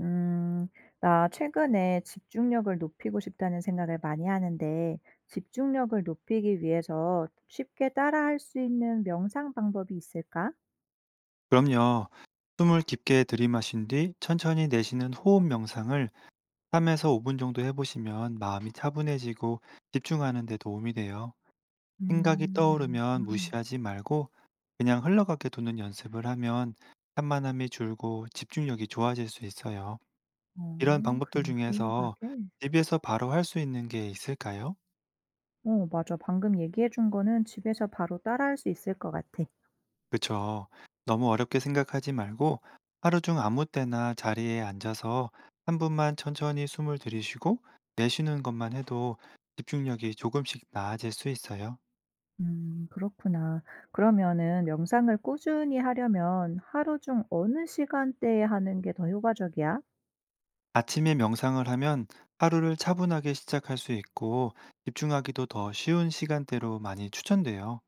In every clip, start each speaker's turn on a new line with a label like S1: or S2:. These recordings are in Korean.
S1: 음, 나 최근에 집중력을 높이고 싶다는 생각을 많이 하는데, 집중력을 높이기 위해서 쉽게 따라할 수 있는 명상 방법이 있을까?
S2: 그럼요. 숨을 깊게 들이마신 뒤 천천히 내쉬는 호흡 명상을 3에서 5분 정도 해보시면 마음이 차분해지고 집중하는 데 도움이 돼요. 생각이 떠오르면
S1: 명상.
S2: 무시하지 말고 그냥 흘러가게 두는 연습을 하면 산만함이 줄고 집중력이 좋아질 수 있어요. 이런
S1: 어,
S2: 방법들
S1: 그냥
S2: 중에서
S1: 흘러가게.
S2: 집에서 바로 할 수 있는 게 있을까요?
S1: 어, 맞아. 방금 얘기해 준 거는 집에서 바로 따라할 수 있을 것 같아.
S2: 그쵸. 너무 어렵게 생각하지 말고 하루 중 아무 때나 자리에 앉아서 한 분만 천천히 숨을 들이쉬고 내쉬는 것만 해도 집중력이 조금씩 나아질 수 있어요.
S1: 그렇구나. 그러면은 명상을 꾸준히 하려면 하루 중 어느 시간대에 하는 게 더 효과적이야?
S2: 아침에 명상을 하면 하루를 차분하게 시작할 수 있고 집중하기도 더 쉬운 시간대로 많이 추천돼요.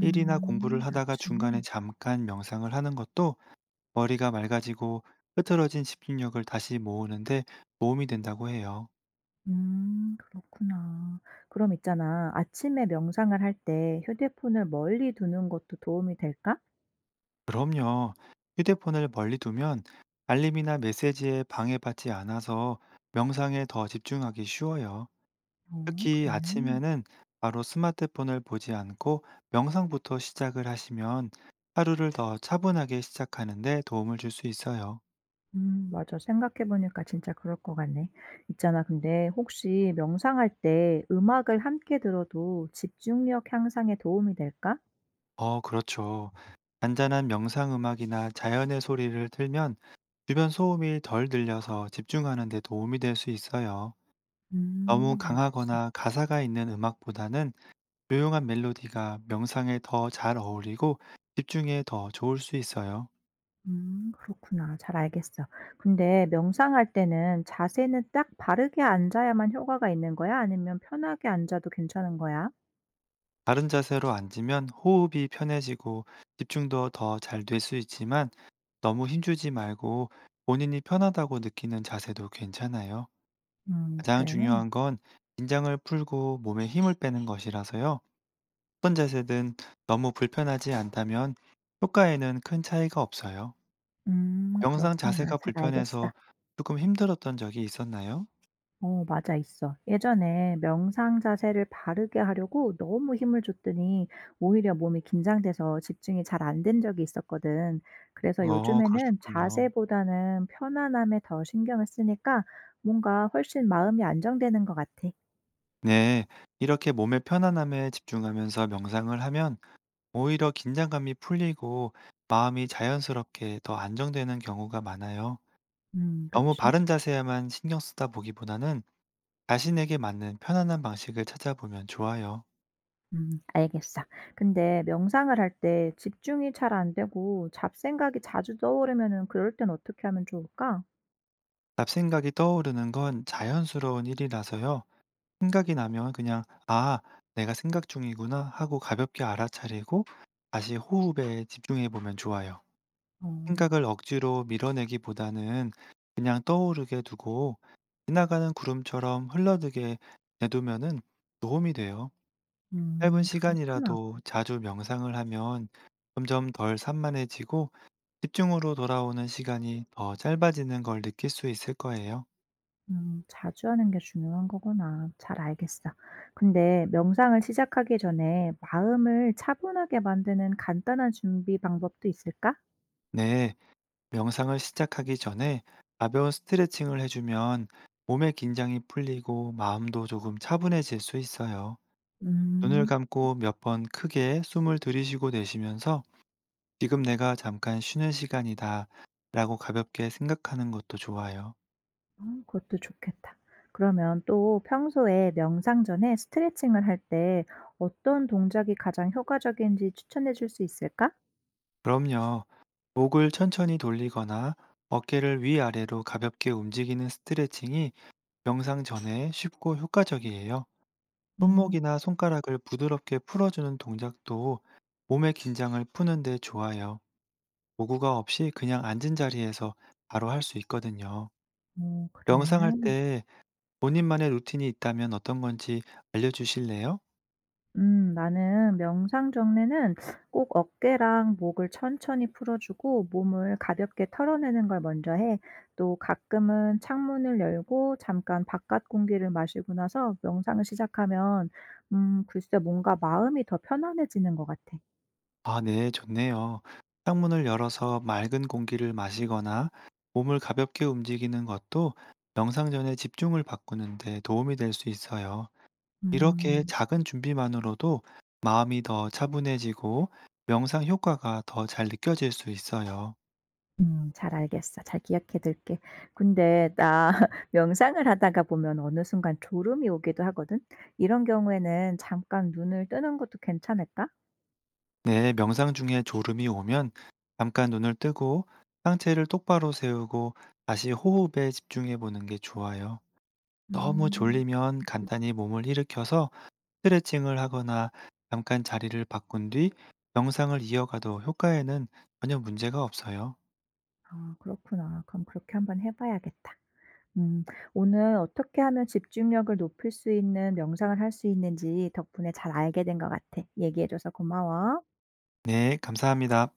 S2: 일이나 공부를 하다가
S1: 아침에?
S2: 중간에 잠깐 명상을 하는 것도 머리가 맑아지고 흐트러진 집중력을 다시 모으는 데 도움이 된다고 해요.
S1: 그렇구나. 그럼 있잖아. 아침에 명상을 할 때 휴대폰을 멀리 두는 것도 도움이 될까?
S2: 그럼요. 휴대폰을 멀리 두면 알림이나 메시지에 방해받지 않아서 명상에 더 집중하기 쉬워요.
S1: 어,
S2: 특히
S1: 그래.
S2: 아침에는 바로 스마트폰을 보지 않고 명상부터 시작을 하시면 하루를 더 차분하게 시작하는데 도움을 줄 수 있어요.
S1: 맞아. 생각해보니까 진짜 그럴 것 같네. 있잖아. 근데 혹시 명상할 때 음악을 함께 들어도 집중력 향상에 도움이 될까?
S2: 어, 그렇죠. 잔잔한 명상 음악이나 자연의 소리를 틀면 주변 소음이 덜 들려서 집중하는 데 도움이 될 수 있어요. 너무
S1: 알겠어.
S2: 강하거나 가사가 있는 음악보다는 조용한 멜로디가 명상에 더 잘 어울리고 집중에 더 좋을 수 있어요.
S1: 그렇구나. 잘 알겠어. 근데 명상할 때는 자세는 딱 바르게 앉아야만 효과가 있는 거야? 아니면 편하게 앉아도 괜찮은 거야?
S2: 바른 자세로 앉으면 호흡이 편해지고 집중도 더 잘 될 수 있지만 너무 힘주지 말고 본인이 편하다고 느끼는 자세도 괜찮아요. 가장
S1: 그래.
S2: 중요한 건 긴장을 풀고 몸에 힘을 빼는 것이라서요. 어떤 자세든 너무 불편하지 않다면 효과에는 큰 차이가 없어요. 명상
S1: 그렇구나.
S2: 자세가
S1: 잘 알겠어.
S2: 불편해서 조금 힘들었던 적이 있었나요?
S1: 어, 맞아, 있어. 예전에 명상 자세를 바르게 하려고 너무 힘을 줬더니 오히려 몸이 긴장돼서 집중이 잘 안 된 적이 있었거든. 그래서
S2: 어,
S1: 요즘에는
S2: 그러셨군요.
S1: 자세보다는 편안함에 더 신경을 쓰니까 뭔가 훨씬 마음이 안정되는 것 같아.
S2: 네, 이렇게 몸의 편안함에 집중하면서 명상을 하면 오히려 긴장감이 풀리고 마음이 자연스럽게 더 안정되는 경우가 많아요. 너무
S1: 그치?
S2: 바른 자세에만 신경 쓰다 보기보다는 자신에게 맞는 편안한 방식을 찾아보면 좋아요.
S1: 알겠어. 근데 명상을 할 때 집중이 잘 안 되고 잡생각이 자주 떠오르면은 그럴 땐 어떻게 하면 좋을까?
S2: 잡생각이 떠오르는 건 자연스러운 일이라서요. 생각이 나면 그냥, 아, 내가 생각 중이구나 하고 가볍게 알아차리고 다시 호흡에 집중해 보면 좋아요.
S1: 어.
S2: 생각을 억지로 밀어내기보다는 그냥 떠오르게 두고 지나가는 구름처럼 흘러들게 내두면은 도움이 돼요. 짧은
S1: 그렇구나.
S2: 시간이라도 자주 명상을 하면 점점 덜 산만해지고 집중으로 돌아오는 시간이 더 짧아지는 걸 느낄 수 있을 거예요.
S1: 음. 자주 하는 게 중요한 거구나. 잘 알겠어. 근데 명상을 시작하기 전에 마음을 차분하게 만드는 간단한 준비 방법도 있을까?
S2: 네, 명상을 시작하기 전에 가벼운 스트레칭을 해주면 몸의 긴장이 풀리고 마음도 조금 차분해질 수 있어요. 눈을
S1: 음.
S2: 감고 몇 번 크게 숨을 들이쉬고 내쉬면서 지금 내가 잠깐 쉬는 시간이다 라고 가볍게 생각하는 것도 좋아요.
S1: 어, 그것도 좋겠다. 그러면 또 평소에 명상 전에 스트레칭을 할 때 어떤 동작이 가장 효과적인지 추천해 줄 수 있을까?
S2: 그럼요. 목을 천천히 돌리거나 어깨를 위아래로 가볍게 움직이는 스트레칭이 명상 전에 쉽고 효과적이에요.
S1: 음.
S2: 손목이나 손가락을 부드럽게 풀어주는 동작도 몸의 긴장을 푸는데 좋아요. 도구가 없이 그냥 앉은 자리에서 바로 할 수 있거든요.
S1: 오, 그래.
S2: 명상할 때 본인만의 루틴이 있다면 어떤 건지 알려주실래요?
S1: 나는 명상 정리는 꼭 어깨랑 목을 천천히 풀어주고 몸을 가볍게 털어내는 걸 먼저 해. 또 가끔은 창문을 열고 잠깐 바깥 공기를 마시고 나서 명상을 시작하면, 글쎄 뭔가 마음이 더 편안해지는 것 같아.
S2: 아, 네, 좋네요. 창문을 열어서 맑은 공기를 마시거나 몸을 가볍게 움직이는 것도 명상 전에 집중을 바꾸는데 도움이 될 수 있어요. 이렇게
S1: 음,
S2: 작은 준비만으로도 마음이 더 차분해지고 명상 효과가 더 잘 느껴질 수 있어요.
S1: 잘 알겠어. 잘 기억해 둘게. 근데 나 명상을 하다가 보면 어느 순간 졸음이 오기도 하거든. 이런 경우에는 잠깐 눈을 뜨는 것도 괜찮을까?
S2: 네, 명상 중에 졸음이 오면 잠깐 눈을 뜨고 상체를 똑바로 세우고 다시 호흡에 집중해 보는 게 좋아요. 너무
S1: 음.
S2: 졸리면 간단히 몸을 일으켜서 스트레칭을 하거나 잠깐 자리를 바꾼 뒤 명상을 이어가도 효과에는 전혀 문제가 없어요.
S1: 아, 그렇구나. 그럼 그렇게 한번 해 봐야겠다. 음 오늘 어떻게 하면 집중력을 높일 수 있는 명상을 할 수 있는지 덕분에 잘 알게 된 것 같아. 얘기해 줘서 고마워.
S2: 네, 감사합니다.